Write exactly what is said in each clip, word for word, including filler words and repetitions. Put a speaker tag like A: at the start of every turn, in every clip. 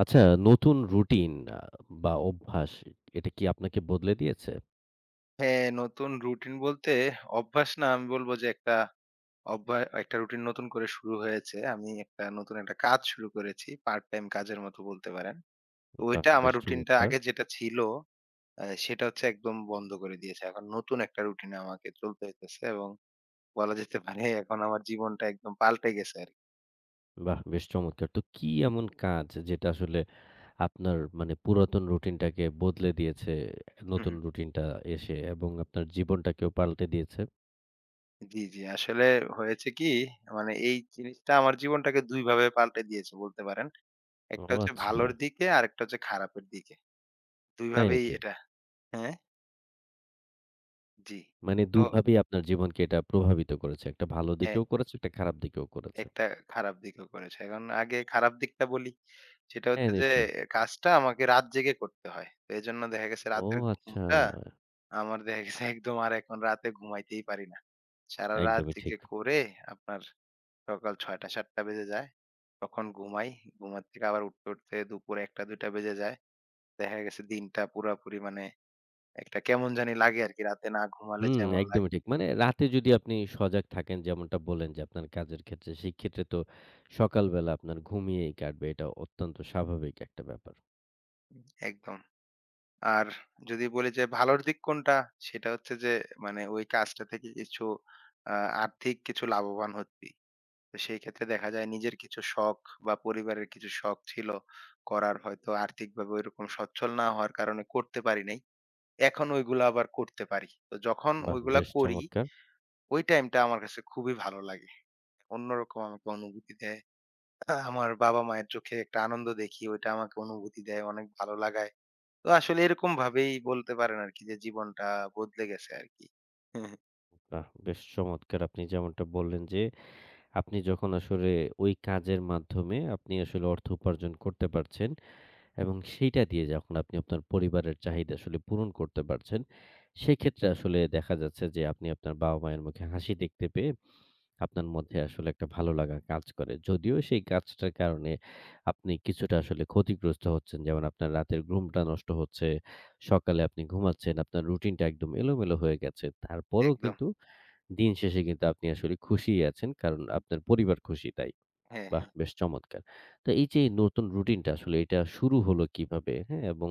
A: আচ্ছা। নতুন রুটিন আ বা অভ্যাস, এটা কি আপনাকে বদলে দিয়েছে?
B: হ্যাঁ, নতুন রুটিন বলতে অভ্যাস না আমি বলব যে একটা অভ্যা একটা রুটিন নতুন করে শুরু হয়েছে। আমি একটা নতুন একটা কাজ শুরু করেছি। পার্ট টাইম কাজের মতো বলতে পারেন। তো
A: বাহ!
B: ওইটা আমার
A: বেশ
B: রুটিনটা
A: চমৎকার।
B: আগে যেটা ছিল আ সেটা হচ্ছে একদম বন্ধ করে দিয়েছে। এখন নতুন একটা রুটিনে আমাকে চলতে হইতেছে এবং বলা যেতে পারে এখন আমার জীবনটা একদম পাল্টে গেছে আরকি।
A: বাহ! বেশ চমৎকার। তো কি এমন কাজ যেটা আসলে আপনার মানে পুরাতন রুটিনটাকে বদলে দিয়েছে,
B: হুম,
A: নতুন
B: হুম।
A: রুটিনটা এসে এবং আপনার জীবনটাকেও পাল্টে দিয়েছে?
B: জি, জি। আসলে হয়েছে কি, মানে এই জিনিসটা আমার জীবনটাকে দুই ভাবে পাল্টে দিয়েছে বলতে পারেন।
A: ও
B: একটা হচ্ছে
A: আচ্ছা।
B: ভালোর দিকে, আরেকটা হচ্ছে খারাপের দিকে। দুই
A: তাই
B: ভাবেই
A: নাকি?
B: এটা হ্যাঁ, জি।
A: মানে
B: তো
A: দুভাবেই আপনার জীবনকে এটা প্রভাবিত করেছে। একটা ভালো
B: হ্যাঁ,
A: দিকেও করেছে, একটা খারাপ দিকেও করেছে।
B: একটা খারাপ দিকও করেছে। এখন আগে খারাপ দিকটা বলি। সেটা
A: হ্যাঁ,
B: হচ্ছে যে
A: নিশ্চয়ই।
B: কাজটা আমাকে রাত জেগে করতে হয়। তো এজন্য দেখা গেছে
A: ও
B: রাতের
A: আচ্ছা।
B: ঘুমটা আমার দেখা গেছে একদম আর এখন রাতে ঘুমাইতেই পারি না। সারারাত
A: একদমই ঠিক।
B: জেগে করে আপনার সকাল ছয়টা থেকে সাতটা বেজে যায়। তখন ঘুমাই। ঘুমার থেকে আবার উঠতে, উঠতে দুপুর একটা থেকে দুইটা বেজে যায়। দেখা গেছে দিনটা পুরাপুরি মানে একটা কেমন জানি লাগে আরকি। রাতে না ঘুমালে
A: হুম,
B: যেমন
A: একদমই
B: লাগে।
A: ঠিক। মানে রাতে যদি আপনি সজাগ থাকেন যেমনটা বললেন যে আপনার কাজের ক্ষেত্রে, সেক্ষেত্রে তো সকালবেলা আপনার ঘুমিয়েই কাটবে। এটা অত্যন্ত স্বাভাবিক একটা ব্যাপার।
B: একদম। আর যদি বলি যে ভালোর দিক কোনটা? সেটা হচ্ছে যে মানে ওই কাজটা থেকে কিছু আ আর্থিক কিছু লাভবান হচ্ছি। তো সেই ক্ষেত্রে দেখা যায় নিজের কিছু শখ বা পরিবারের কিছু শখ ছিল করার, হয়তো আর্থিকভাবে ওইরকম সচ্ছল না হওয়ার কারণে করতে পারি নাই। এখন ওইগুলা আবার করতে পারি। তো যখন
A: বাহ!
B: ওইগুলা
A: বেশ
B: করি,
A: চমৎকার!
B: ওই টাইমটা আমার কাছে খুবই ভালো লাগে। অন্যরকম আমাকে অনুভূতি দেয়। আহ, আমার বাবা-মায়ের চোখে একটা আনন্দ দেখি, ওইটা আমাকে অনুভূতি দেয়, অনেক ভালো লাগায়। তো আসলে এরকম ভাবেই বলতে পারেন আরকি, যে জীবনটা বদলে গেছে আরকি।
A: বাহ! বেশ চমৎকার! আপনি যেমনটা বললেন যে আপনি যখন আসলে ওই কাজের মাধ্যমে আপনি আসলে অর্থ উপার্জন করতে পারছেন এবং সেইটা দিয়ে যখন আপনি আপনার পরিবারের চাহিদা আসলে পূরণ করতে পারছেন, সেক্ষেত্রে আসলে দেখা যাচ্ছে যে আপনি আপনার বাবা-মায়ের মুখে হাসি দেখতে পেয়ে আপনার মধ্যে আসলে একটা ভালো লাগা কাজ করে। যদিও সেই কাজটার কারণে আপনি কিছুটা আসলে ক্ষতিগ্রস্ত হচ্ছেন। যেমন আপনার রাতের ঘুমটা নষ্ট হচ্ছে, সকালে আপনি ঘুমাচ্ছেন, আপনার রুটিনটা একদম এলোমেলো হয়ে গেছে। তারপরেও
B: একদম।
A: কিন্তু দিন শেষে কিন্তু আপনি আসলে খুশিই আছেন। কারণ
B: হুম।
A: আপনার পরিবার খুশি তাই।
B: হ্যাঁ,
A: বাহ!
B: হ্যাঁ।
A: বেশ চমৎকার। তো এই যে নতুন রুটিনটা আসলে এটা শুরু হলো কিভাবে? হ্যাঁ? এবং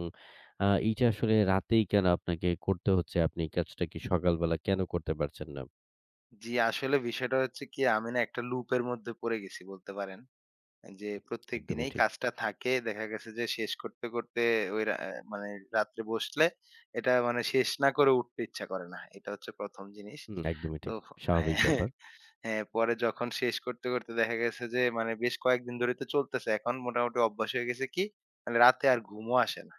A: আ এইটা আসলে রাতেই কেন আপনাকে করতে হচ্ছে? আপনি এই কাজটা কি সকালবেলা কেন করতে পারছেন না?
B: জি, আসলে বিষয়টা হচ্ছে কি, আমি না একটা লুপের মধ্যে পড়ে গেছি বলতে পারেন। যে প্রত্যেক
A: একদমই
B: দিনেই
A: ঠিক।
B: কাজটা থাকে। দেখা গেছে যে শেষ করতে, করতে ওই রা অ্যা মানে রাত্রে বসলে এটা মানে শেষ না করে উঠতে ইচ্ছা করে না। এটা হচ্ছে প্রথম জিনিস।
A: হুম, একদমই
B: তো
A: ঠিক। স্বাভাবিক
B: হ্যাঁ, হ্যাঁ,
A: ব্যাপার।
B: হ্যাঁ, পরে যখন শেষ করতে, করতে দেখা গেছে যে মানে বেশ কয়েকদিন ধরে তো চলতেছে। এখন মোটামুটি অভ্যাস হয়ে গেছে কি মানে রাতে আর ঘুমও আসে না।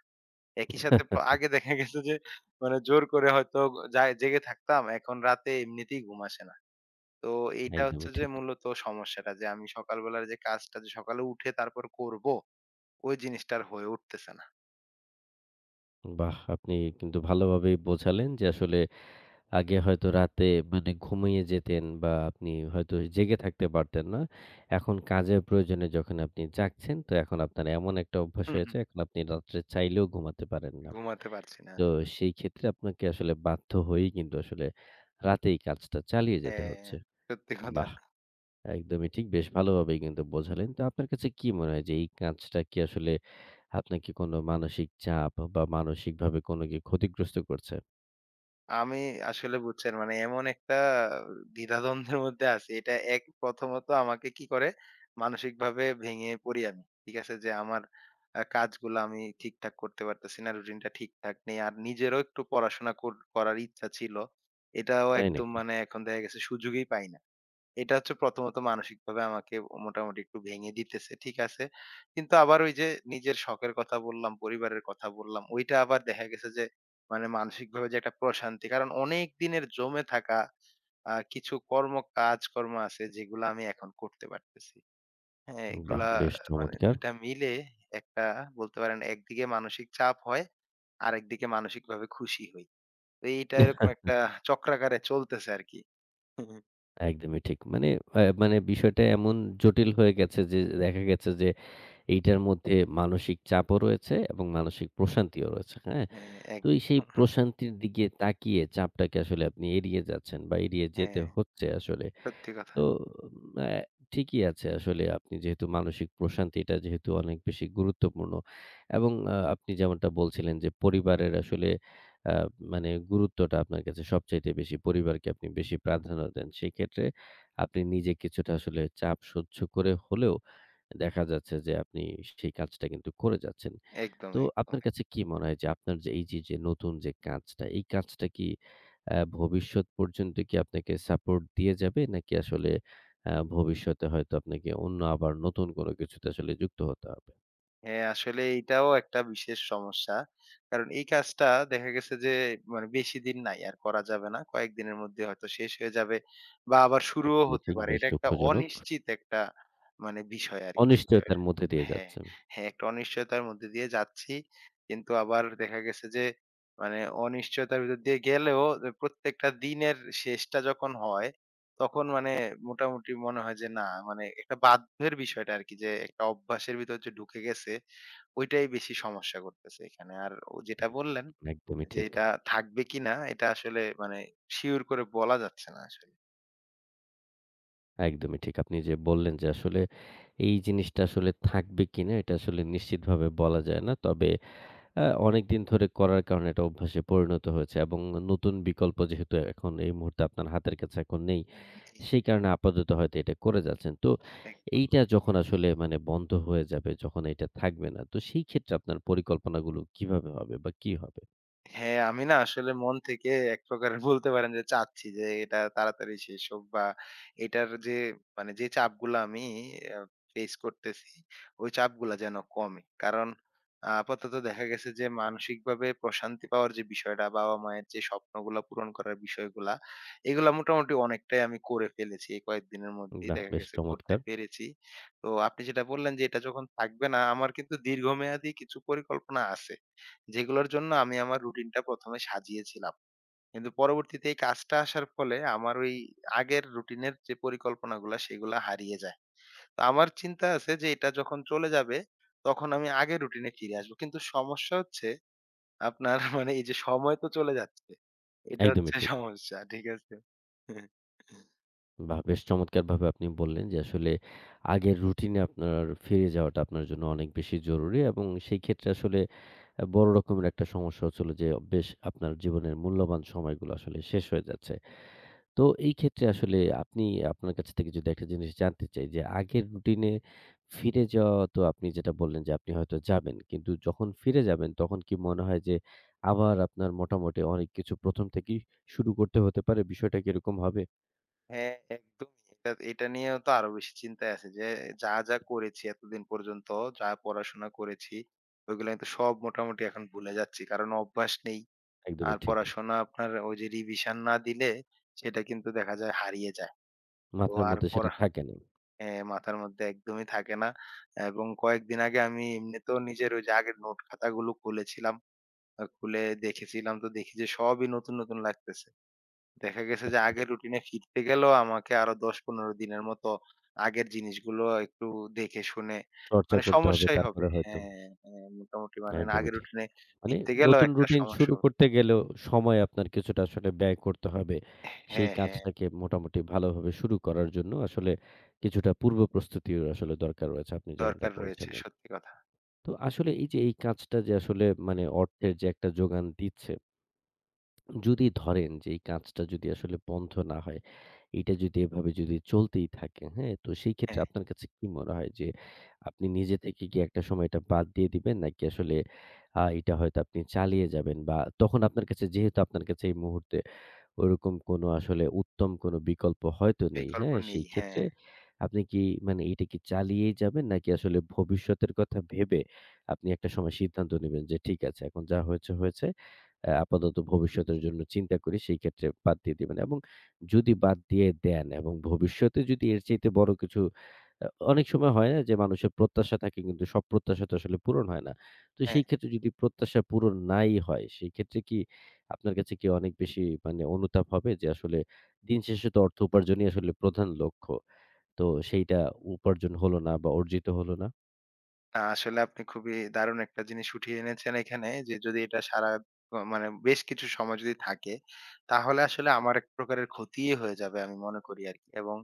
B: একই সাথে প আগে দেখা গেছে যে মানে জোর করে হয়তো যায় জেগে থাকতাম। এখন রাতে এমনিতেই ঘুম আসে না। তো এইটা হচ্ছে
A: একদমই
B: যে
A: ঠিক।
B: মূলত সমস্যাটা, যে আমি সকালবেলার যে কাজটা যে সকালে উঠে তারপর করব, ওই জিনিসটা আর হয়ে উঠতেছে না।
A: বাহ! আপনি কিন্তু ভালোভাবেই বোঝালেন যে আসলে আগে হয়তো রাতে মানে ঘুমিয়ে যেতেন বা আপনি হয়তো জেগে থাকতে পারতেন না। এখন কাজের প্রয়োজনে যখন আপনি জাগছেন, তো এখন আপনার এমন একটা অভ্যাস
B: হুম, হুম।
A: হয়েছে এখন আপনি রাত্রে চাইলেও ঘুমাতে পারেন না।
B: ঘুমাতে পারছি না
A: তো
B: আসলে।
A: সেই ক্ষেত্রে আপনাকে আসলে বাধ্য হয়েই কিন্তু আসলে রাতেই কাজটা চালিয়ে যেতে
B: হ্যাঁ,
A: হচ্ছে।
B: সত্যি কথা।
A: বাহ! একদমই ঠিক। বেশ ভালোভাবেই কিন্তু বোঝালেন। তো আপনার কাছে কি মনে হয় যে এই কাজটা কি আসলে আপনাকে কোনো মানসিক চাপ বা মানসিকভাবে কোনো কি ক্ষতিগ্রস্ত করছে?
B: আমি আসলে বুঝছেন মানে এমন একটা দ্বিধাদ্বন্দ্বের মধ্যে আছি। এটা এক প্রথমত আমাকে কি করে মানসিকভাবে ভেঙে পড়ি আমি। ঠিক আছে? যে আমার আ কাজগুলো আমি ঠিকঠাক করতে পারতেছি না। রুটিনটা ঠিকঠাক নেই। আর নিজেরও একটু পড়াশোনা কর করার ইচ্ছা ছিল। এটাও
A: তাই
B: একদম
A: নাকি?
B: মানে এখন দেখা গেছে সুযোগই পাই না। এটা হচ্ছে প্রথমত মানসিকভাবে আমাকে মোটামুটি একটু ভেঙে দিতেছে, ঠিক আছে। কিন্তু আবার ওই যে নিজের শখের কথা বললাম, পরিবারের কথা বললাম, ওইটা আবার দেখা গেছে যে মানে মানসিকভাবে যে একটা প্রশান্তি। কারণ অনেক দিনের জমে থাকা আ কিছু কর্ম কাজকর্ম আছে যেগুলা আমি এখন করতে পারতেছি। হ্যাঁ,
A: বাহ!
B: এগুলা
A: বেশ
B: মানে
A: চমৎকার।
B: দুইটা টা মিলে একটা বলতে পারেন একদিকে মানসিক চাপ হয়, আরেকদিকে মানসিকভাবে খুশি হই। তো এইটা এরকম একটা চক্রাকারে চলতেছে আরকি।
A: একদমই ঠিক। মানে আ মানে বিষয়টা এমন জটিল হয়ে গেছে যে দেখা গেছে যে এইটার মধ্যে মানসিক চাপও রয়েছে এবং মানসিক প্রশান্তিও রয়েছে। হ্যাঁ?
B: হ্যাঁ, এক
A: তো এই সেই প্রশান্তির দিকে তাকিয়ে চাপটাকে আসলে আপনি এড়িয়ে যাচ্ছেন বা এড়িয়ে যেতে
B: হ্যাঁ।
A: হচ্ছে আসলে।
B: সত্যি কথা।
A: তো আ ঠিকই আছে আসলে আপনি যেহেতু মানসিক প্রশান্তিটা যেহেতু অনেক বেশি গুরুত্বপূর্ণ এবং আ আপনি যেমনটা বলছিলেন যে পরিবারের আসলে আ মানে গুরুত্বটা আপনার কাছে সবচাইতে বেশি। পরিবারকে আপনি বেশি প্রাধান্য দেন। সেক্ষেত্রে আপনি নিজে কিছুটা আসলে চাপ সহ্য করে হলেও দেখা যাচ্ছে যে আপনি সেই কাজটা কিন্তু করে যাচ্ছেন।
B: একদম, একদম,
A: তো
B: একদম।
A: আপনার কাছে কি মনে হয় যে আপনার যে এই যে, যে নতুন যে কাজটা, এই কাজটা কি আ ভবিষ্যৎ পর্যন্ত কি আপনাকে সাপোর্ট দিয়ে যাবে? নাকি আসলে আ ভবিষ্যতে হয়তো আপনাকে অন্য আবার নতুন কোনো কিছুতে আসলে যুক্ত হতে হবে?
B: হ্যাঁ, আসলে এইটাও একটা বিশেষ সমস্যা। কারণ এই কাজটা দেখা গেছে যে মানে বেশিদিন নাই, আর করা যাবে না। কয়েকদিনের মধ্যে হয়তো শেষ হয়ে যাবে বা আবার শুরুও
A: একদমই
B: হতে
A: ঠিক।
B: পারে।
A: বেশ
B: এটা একটা
A: দুঃখজনক।
B: অনিশ্চিত একটা মানে বিষয় আরকি,
A: অনিশ্চয়তার
B: বিষয়টা।
A: মধ্যে দিয়ে
B: হ্যাঁ,
A: যাচ্ছেন।
B: হ্যাঁ, একটা অনিশ্চয়তার মধ্যে দিয়ে যাচ্ছি। কিন্তু আবার দেখা গেছে যে মানে অনিশ্চয়তার ভিতর দিয়ে গেলেও, যে প্রত্যেকটা দিনের শেষটা যখন হয় তখন মানে মোটামুটি মনে হয় যে না, মানে একটা বাধ্যের বিষয়টা আরকি, যে একটা অভ্যাসের ভিতর যে ঢুকে গেছে ওইটাই বেশি সমস্যা করতেছে এখানে। আর ও যেটা বললেন
A: একদমই
B: যে
A: ঠিক,
B: এটা থাকবে কিনা এটা আসলে মানে শিওর করে বলা যাচ্ছে না আসলে।
A: একদমই ঠিক। আপনি যে বললেন যে আসলে এই জিনিসটা আসলে থাকবে কিনা এটা আসলে নিশ্চিতভাবে বলা যায় না। তবে আ অনেকদিন ধরে করার কারণে এটা অভ্যাসে পরিণত হয়েছে এবং নতুন বিকল্প যেহেতু এখন এই মুহূর্তে আপনার হাতের কাছে এখন নেই,
B: হুম।
A: সেই কারণে আপাতত হয়তো এটা করে যাচ্ছেন। তো এইটা যখন আসলে মানে বন্ধ হয়ে যাবে, যখন এটা থাকবে না, তো সেই ক্ষেত্রে আপনার পরিকল্পনাগুলো কিভাবে হবে বা কি হবে?
B: হ্যাঁ, আমি না আসলে মন থেকে এক প্রকারের বলতে পারেন যে চাচ্ছি যে এটা তাড়াতাড়ি শেষ হোক, বা এটার যে মানে যে চাপগুলা আমি আ ফেস করতেছি, ওই চাপগুলা যেন কমে। কারণ আ আপাতত দেখা গেছে যে মানসিকভাবে প্রশান্তি পাওয়ার যে বিষয়টা, বাবা-মায়ের যে স্বপ্নগুলা পূরণ করার বিষয়গুলা, এগুলা মোটামুটি অনেকটাই আমি করে ফেলেছি, এই কয়েকদিনের মধ্যেই
A: বাহ!
B: দেখা
A: বেশ
B: গেছে করতে
A: চমৎকার।
B: পেরেছি। তো আপনি যেটা বললেন যে এটা যখন থাকবে না, আমার কিন্তু দীর্ঘমেয়াদী কিছু পরিকল্পনা আছে। যেগুলোর জন্য আমি আমার রুটিনটা প্রথম এ সাজিয়েছিলাম। কিন্তু পরবর্তীতে এই কাজটা আসার ফলে আমার ওই আগের রুটিনের যে পরিকল্পনাগুলা সেগুলা হারিয়ে যায়। তো আমার চিন্তা আছে যে এটা যখন চলে যাবে তখন আমি আগের রুটিনে ফিরে আসবো। কিন্তু সমস্যা হচ্ছে আপনার মানে এই যে সময় তো চলে যাচ্ছে। এটা
A: একদমই
B: হচ্ছে
A: ঠিক।
B: সমস্যা। ঠিক আছে?
A: বাহ! বেশ চমৎকারভাবে আপনি বললেন যে আসলে আগের রুটিনে আপনার ফিরে যাওয়াটা আপনার জন্য অনেক বেশি জরুরি এবং সেই ক্ষেত্রে আসলে আ বড় রকমের একটা সমস্যা হচ্ছিল যে বেশ আপনার জীবনের মূল্যবান সময়গুলো আসলে শেষ হয়ে যাচ্ছে। তো এই ক্ষেত্রে আসলে আপনি আপনার কাছ থেকে যদি একটা জিনিস জানতে চাই যে আগের রুটিনে ফিরে যাওয়া তো আপনি যেটা বললেন যে আপনি হয়তো যাবেন। কিন্তু যখন ফিরে যাবেন তখন কি মনে হয় যে আবার আপনার মোটামুটি অনেক কিছু প্রথম থেকেই শুরু করতে হতে পারে? বিষয়টা কি এরকম হবে?
B: হ্যাঁ, একদমই। এটা এটা নিয়েও তো আরো বেশি চিন্তায় আছি যে যা, যা করেছি এতদিন পর্যন্ত, যা পড়াশোনা করেছি ওইগুলা কিন্তু সব মোটামুটি এখন ভুলে যাচ্ছি। কারণ অভ্যাস নেই।
A: একদমই
B: আর
A: ঠিক।
B: পড়াশোনা আপনার ওই যে রিভিশন না দিলে সেটা কিন্তু দেখা যায় হারিয়ে যায়। তো
A: মাথার
B: আর
A: মধ্যে সেটা
B: পড়া
A: থাকে না।
B: হ্যাঁ, মাথার মধ্যে একদমই থাকে না। এবং কয়েকদিন আগে আমি এমনিতেও নিজের ওই যে আগের নোট খাতাগুলো খুলেছিলাম। আ খুলে দেখেছিলাম, তো দেখি যে সবই নতুন, নতুন লাগতেছে। দেখা গেছে যে আগের রুটিনে ফিরতে গেলেও আমাকে আরো দশ থেকে পনেরো দিনের মতো আগের জিনিসগুলো একটু দেখে শুনে
A: চর্চা
B: মানে
A: করতে হবে
B: সমস্যাই হবে।
A: তারপরে হয়তো
B: হ্যাঁ, হ্যাঁ, মোটামুটি মানে
A: একদমই
B: আগের
A: ঠিক।
B: রুটিনে
A: মানে
B: ফিরতে গেলেও
A: নতুন
B: একটা
A: রুটিন
B: সমস্যা
A: শুরু
B: হবে।
A: করতে গেলেও সময় আপনার কিছুটা আসলে ব্যয় করতে হবে। সেই
B: হ্যাঁ, হ্যাঁ,
A: কাজটাকে মোটামুটি ভালোভাবে শুরু করার জন্য আসলে কিছুটা পূর্ব প্রস্তুতির আসলে দরকার রয়েছে, আপনি যেমনটা
B: দরকার রয়েছে,
A: বলছিলেন।
B: সত্যি কথা।
A: তো আসলে এই যে এই কাজটা যে আসলে মানে অর্থের যে একটা যোগান দিচ্ছে, যদি ধরেন যে এই কাজটা যদি আসলে বন্ধ না হয়, এইটা যদি এভাবে যদি চলতেই থাকে, হ্যাঁ? তো সেই ক্ষেত্রে
B: হ্যাঁ,
A: আপনার কাছে কি মনে হয় যে আপনি নিজে থেকে কি একটা সময় এটা বাদ দিয়ে দিবেন? নাকি আসলে আ এটা হয়তো আপনি চালিয়ে যাবেন বা তখন আপনার কাছে যেহেতু আপনার কাছে এই মুহূর্তে ওরকম কোনো আসলে উত্তম কোনো বিকল্প হয়তো নেই।
B: বিকল্প
A: হ্যাঁ?
B: নেই।
A: সেই
B: হ্যাঁ,
A: ক্ষেত্রে আপনি কি মানে এটা কি চালিয়েই যাবেন নাকি আসলে ভবিষ্যতের কথা ভেবে আপনি একটা সময় সিদ্ধান্ত নিবেন যে ঠিক আছে, এখন যা হয়েছে, হয়েছে। অ্যা আপাতত ভবিষ্যতের জন্য চিন্তা করি, সেই ক্ষেত্রে বাদ দিয়ে দিবেন এবং যদি বাদ দিয়ে দেন এবং ভবিষ্যতে যদি এর চাইতে বড় কিছু আ অনেক সময় হয় না যে মানুষের প্রত্যাশা থাকে কিন্তু সব প্রত্যাশা তো আসলে পূরণ হয় না। তো
B: হ্যাঁ।
A: সেই ক্ষেত্রে যদি প্রত্যাশা পূরণ নাই হয় সেই ক্ষেত্রে কি আপনার কাছে কি অনেক বেশি মানে অনুতাপ হবে যে আসলে দিন শেষে তো অর্থ উপার্জনই আসলে প্রধান লক্ষ্য। তো সেইটা উপার্জন হলো না বা অর্জিত হলো না।
B: না আসলে আপনি খুবই দারুণ একটা জিনিস উঠিয়ে এনেছেন এখানে, যে যদি এটা সারা অ মানে বেশ কিছু সময় যদি থাকে তাহলে আসলে আমার এক প্রকারের ক্ষতিই হয়ে যাবে আমি মনে করি আরকি। এবং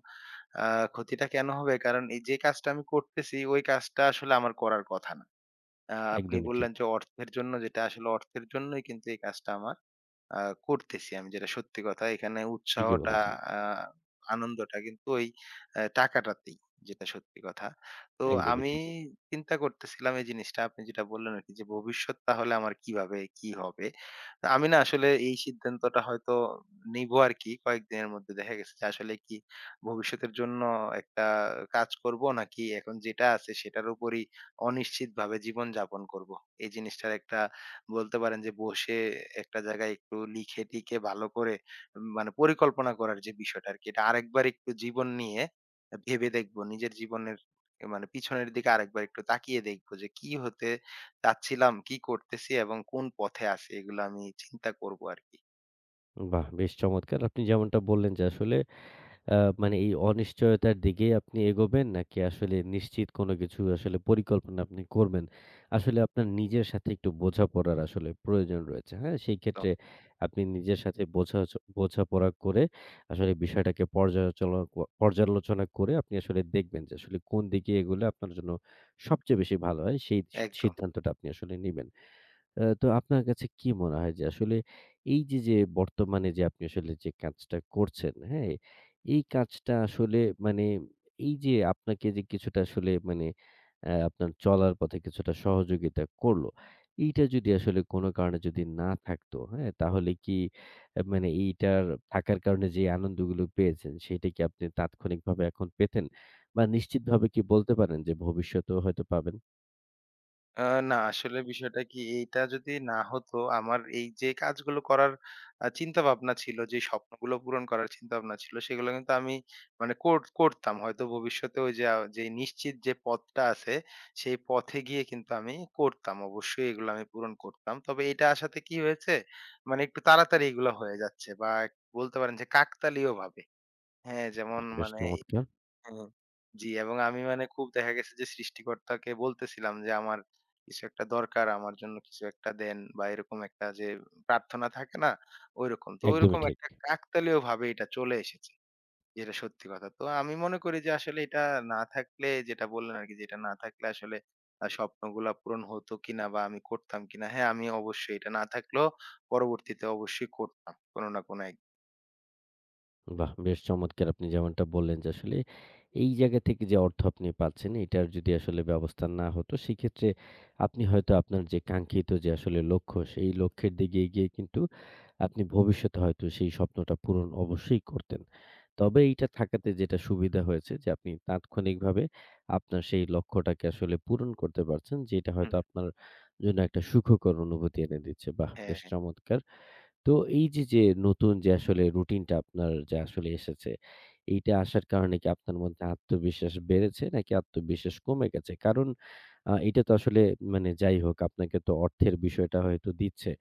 B: আ ক্ষতিটা কেন হবে? কারণ এই যে কাজটা আমি করতেছি, ওই কাজটা আসলে আমার করার কথা না। আ আপনি
A: একদমই
B: বললেন
A: ঠিক।
B: যে অর্থের জন্য, যেটা আসলে অর্থের জন্যই কিন্তু এই কাজটা আমার। আ করতেছি আমি, যেটা সত্যি কথা। এখানে
A: ঠিকই
B: উৎসাহটা
A: বলেছেন।
B: আ আনন্দটা কিন্তু ওই আ টাকাটাতেই, যেটা সত্যি কথা। তো
A: একদমই
B: আমি
A: ঠিক।
B: চিন্তা করতেছিলাম এই জিনিসটা আপনি যেটা বললেন আরকি, যে ভবিষ্যৎ তাহলে আমার কিভাবে কি হবে? তো আমি না আসলে এই সিদ্ধান্তটা হয়তো নিবো আরকি কয়েকদিনের মধ্যে, দেখা গেছে যে আসলে কি ভবিষ্যতের জন্য একটা কাজ করব নাকি এখন যেটা আছে সেটার উপরই অনিশ্চিতভাবে জীবনযাপন করব। এই জিনিসটার একটা বলতে পারেন যে বসে একটা জায়গায় একটু লিখে টিখে ভালো করে উম, মানে পরিকল্পনা করার যে বিষয়টা আর কি, এটা আরেকবার একটু জীবন নিয়ে ভেবে দেখবো, নিজের জীবনের এ মানে পিছনের দিকে আরেকবার একটু তাকিয়ে দেখবো যে কি হতে চাচ্ছিলাম, কি করতেছি এবং কোন পথে আছি, এগুলো আমি চিন্তা করবো আর কি।
A: বাহ! বেশ চমৎকার। আপনি যেমনটা বললেন যে আসলে আ মানে এই অনিশ্চয়তার দিকেই আপনি এগোবেন নাকি আসলে নিশ্চিত কোনো কিছু আসলে পরিকল্পনা আপনি করবেন? আসলে আপনার নিজের সাথে একটু বোঝাপড়ার আসলে প্রয়োজন রয়েছে, হ্যাঁ? সেই
B: তো
A: ক্ষেত্রে আপনি নিজের সাথে বোঝা চ বোঝাপড়া করে আসলে বিষয়টাকে পর্যালোচনা ক পর্যালোচনা করে আপনি আসলে দেখবেন যে আসলে কোন দিকে এগোলে আপনার জন্য সবচেয়ে বেশি ভালো হয় সেই সি
B: একদম।
A: সিদ্ধান্তটা আপনি আসলে নিবেন। আ তো আপনার কাছে কি মনে হয় যে আসলে এই যে, যে বর্তমানে যে আপনি আসলে যে কাজটা করছেন, হ্যাঁ? এই কাজটা আসলে মানে এই যে আপনাকে যে কিছুটা আসলে মানে আ আপনার চলার পথে কিছুটা সহযোগিতা করলো। এইটা যদি আসলে কোনো কারণে যদি না থাকতো, হ্যাঁ? তাহলে কি আ মানে এইটার থাকার কারণে যে আনন্দগুলো পেয়েছেন সেটা কি আপনি তাৎক্ষণিকভাবে এখন পেতেন? বা নিশ্চিতভাবে কি বলতে পারেন যে ভবিষ্যতেও হয়তো পাবেন?
B: আ না আসলে বিষয়টা কি, এইটা যদি না হতো, আমার এই যে কাজগুলো করার আ চিন্তাভাবনা ছিল, যে স্বপ্নগুলো পূরণ করার চিন্তাভাবনা ছিল সেগুলো কিন্তু আমি মানে কর করতাম। হয়তো ভবিষ্যতে ওই যে আ যে নিশ্চিত যে পথটা আছে সেই পথে গিয়ে কিন্তু আমি করতাম। অবশ্যই এগুলো আমি পূরণ করতাম। তবে এটা আসাতে কি হয়েছে, মানে একটু তাড়াতাড়ি এগুলো হয়ে যাচ্ছে বা এক- বলতে পারেন যে কাকতালীয়ভাবে। হ্যাঁ, যেমন
A: বাহ! বেশ
B: মানে
A: চমৎকার।
B: হ্যাঁ, জি। এবং আমি মানে খুব দেখা গেছে যে সৃষ্টিকর্তাকে বলতেছিলাম যে আমার কিছু একটা দরকার, আমার জন্য কিছু একটা দেন বা এরকম একটা যে প্রার্থনা থাকে না, ওইরকম তো
A: একদমই
B: ওইরকম
A: ঠিক।
B: একটা কাকতালীয় ভাবে এটা চলে এসেছে যেটা সত্যি কথা। তো আমি মনে করি যে আসলে এটা না থাকলে, যেটা বললেন আর কি, যেটা না থাকলে আসলে আহ, স্বপ্নগুলা পূরণ হতো কিনা বা আমি করতাম কিনা, হ্যাঁ আমি অবশ্যই এটা না থাকলেও পরবর্তীতে অবশ্যই করতাম কোনো না কোনো এক।
A: বাহ! বেশ চমৎকার। আপনি যেমনটা বললেন যে আসলে এই জায়গা থেকে যে অর্থ আপনি পাচ্ছেন এটার যদি আসলে ব্যবস্থা না হতো সেক্ষেত্রে আপনি হয়তো আপনার যে কাঙ্ক্ষিত যে আসলে লক্ষ্য সেই লক্ষ্যের দিকে এগিয়ে কিন্তু আপনি ভবিষ্যতে হয়তো সেই স্বপ্নটা পূরণ অবশ্যই করতেন। তবে এইটা থাকাতে যেটা সুবিধা হয়েছে যে আপনি তাৎক্ষণিকভাবে আপনার সেই লক্ষ্যটাকে আসলে পূরণ করতে পারছেন যেটা
B: হুম,
A: হয়তো আপনার জন্য একটা সুখকর অনুভূতি এনে দিচ্ছে। বাহ!
B: হ্যাঁ,
A: বেশ
B: হ্যাঁ।
A: চমৎকার। তো এই যে, যে নতুন যে আসলে রুটিনটা আপনার যে আসলে এসেছে, এইটা আসার কারণে কি আপনার মধ্যে আত্মবিশ্বাস বেড়েছে নাকি আত্মবিশ্বাস কমে গেছে? কারণ আ এটা তো আসলে মানে যাই হোক আপনাকে তো অর্থের বিষয়টা হয়তো দিচ্ছে।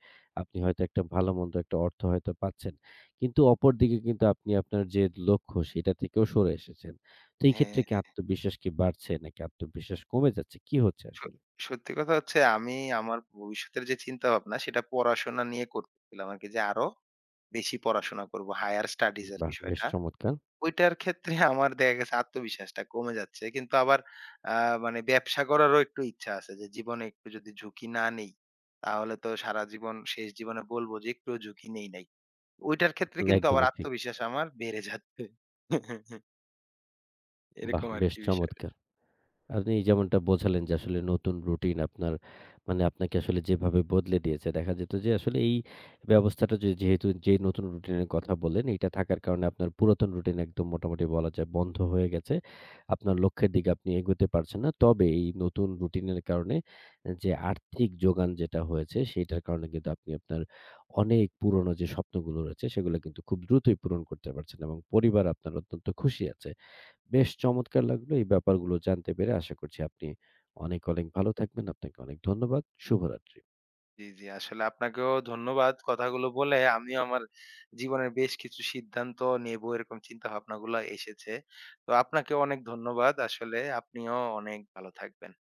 A: আপনি হয়তো একটা ভালো-মন্দ একটা অর্থ হয়তো পাচ্ছেন। কিন্তু অপরদিকে কিন্তু আপনি আপনার যে লক্ষ্য সেটা থেকেও সরে এসেছেন। তো এই ক্ষেত্রে
B: হ্যাঁ
A: কি আত্মবিশ্বাস কি বাড়ছে নাকি আত্মবিশ্বাস কমে যাচ্ছে? কি হচ্ছে
B: স
A: আসলে?
B: সত্যি কথা হচ্ছে আমি আমার ভবিষ্যতের যে চিন্তাভাবনা সেটা পড়াশোনা নিয়ে করতেছিলাম আরকি, যে আরো বেশি পড়াশোনা করব। হায়ার স্টাডিজ এর
A: বাহ! বেশ
B: বিষয়টা।
A: চমৎকার।
B: ওইটার ক্ষেত্রে আমার দেখা গেছে আত্মবিশ্বাসটা কমে যাচ্ছে। কিন্তু আবার আ মানে ব্যবসা করারও একটু ইচ্ছা আছে, যে জীবনে একটু যদি ঝুঁকি না নেই, তাহলে তো সারা জীবন, শেষ জীবনে বলব যে একটুও ঝুঁকি নেই নাই। ওইটার ক্ষেত্রে কিন্তু আবার
A: একদমই ঠিক।
B: আত্মবিশ্বাস আমার বেড়ে যাচ্ছে।
A: বাহ!
B: এরকম
A: বেশ
B: আরকি বিষয়।
A: চমৎকার। আপনি যেমনটা বোঝালেন যে আসলে নতুন রুটিন আপনার মানে আপনাকে আসলে যেভাবে বদলে দিয়েছে, দেখা যেত যে আসলে এই ব্যবস্থাটা যে- যেহেতু যে নতুন রুটিনের কথা বলেন এটা থাকার কারণে আপনার পুরাতন রুটিন একদম মোটামুটি বলা যায় বন্ধ হয়ে গেছে, আপনার লক্ষ্যের দিকে আপনি এগোতে পারছেন না, তবে এই নতুন রুটিনের কারণে যে আর্থিক যোগান যেটা হয়েছে সেটার কারণে কিন্তু আপনি আপনার অনেক পুরনো যে স্বপ্নগুলো রয়েছে সেগুলো কিন্তু খুব দ্রুতই পূরণ করতে পারছেন এবং পরিবার আপনার অত্যন্ত খুশি আছে। বেশ চমৎকার লাগলো এই ব্যাপারগুলো জানতে পেরে। আশা করছি আপনি অনেক, অনেক ভালো থাকবেন। আপনাকে অনেক ধন্যবাদ। শুভরাত্রি।
B: জি, জি। আসলে আপনাকেও ধন্যবাদ। কথাগুলো বলে আমিও আমার জীবনের বেশ কিছু সিদ্ধান্ত নেবো, এরকম চিন্তা ভাবনাগুলো এসেছে। তো আপনাকেও অনেক ধন্যবাদ। আসলে আপনিও অনেক ভালো থাকবেন।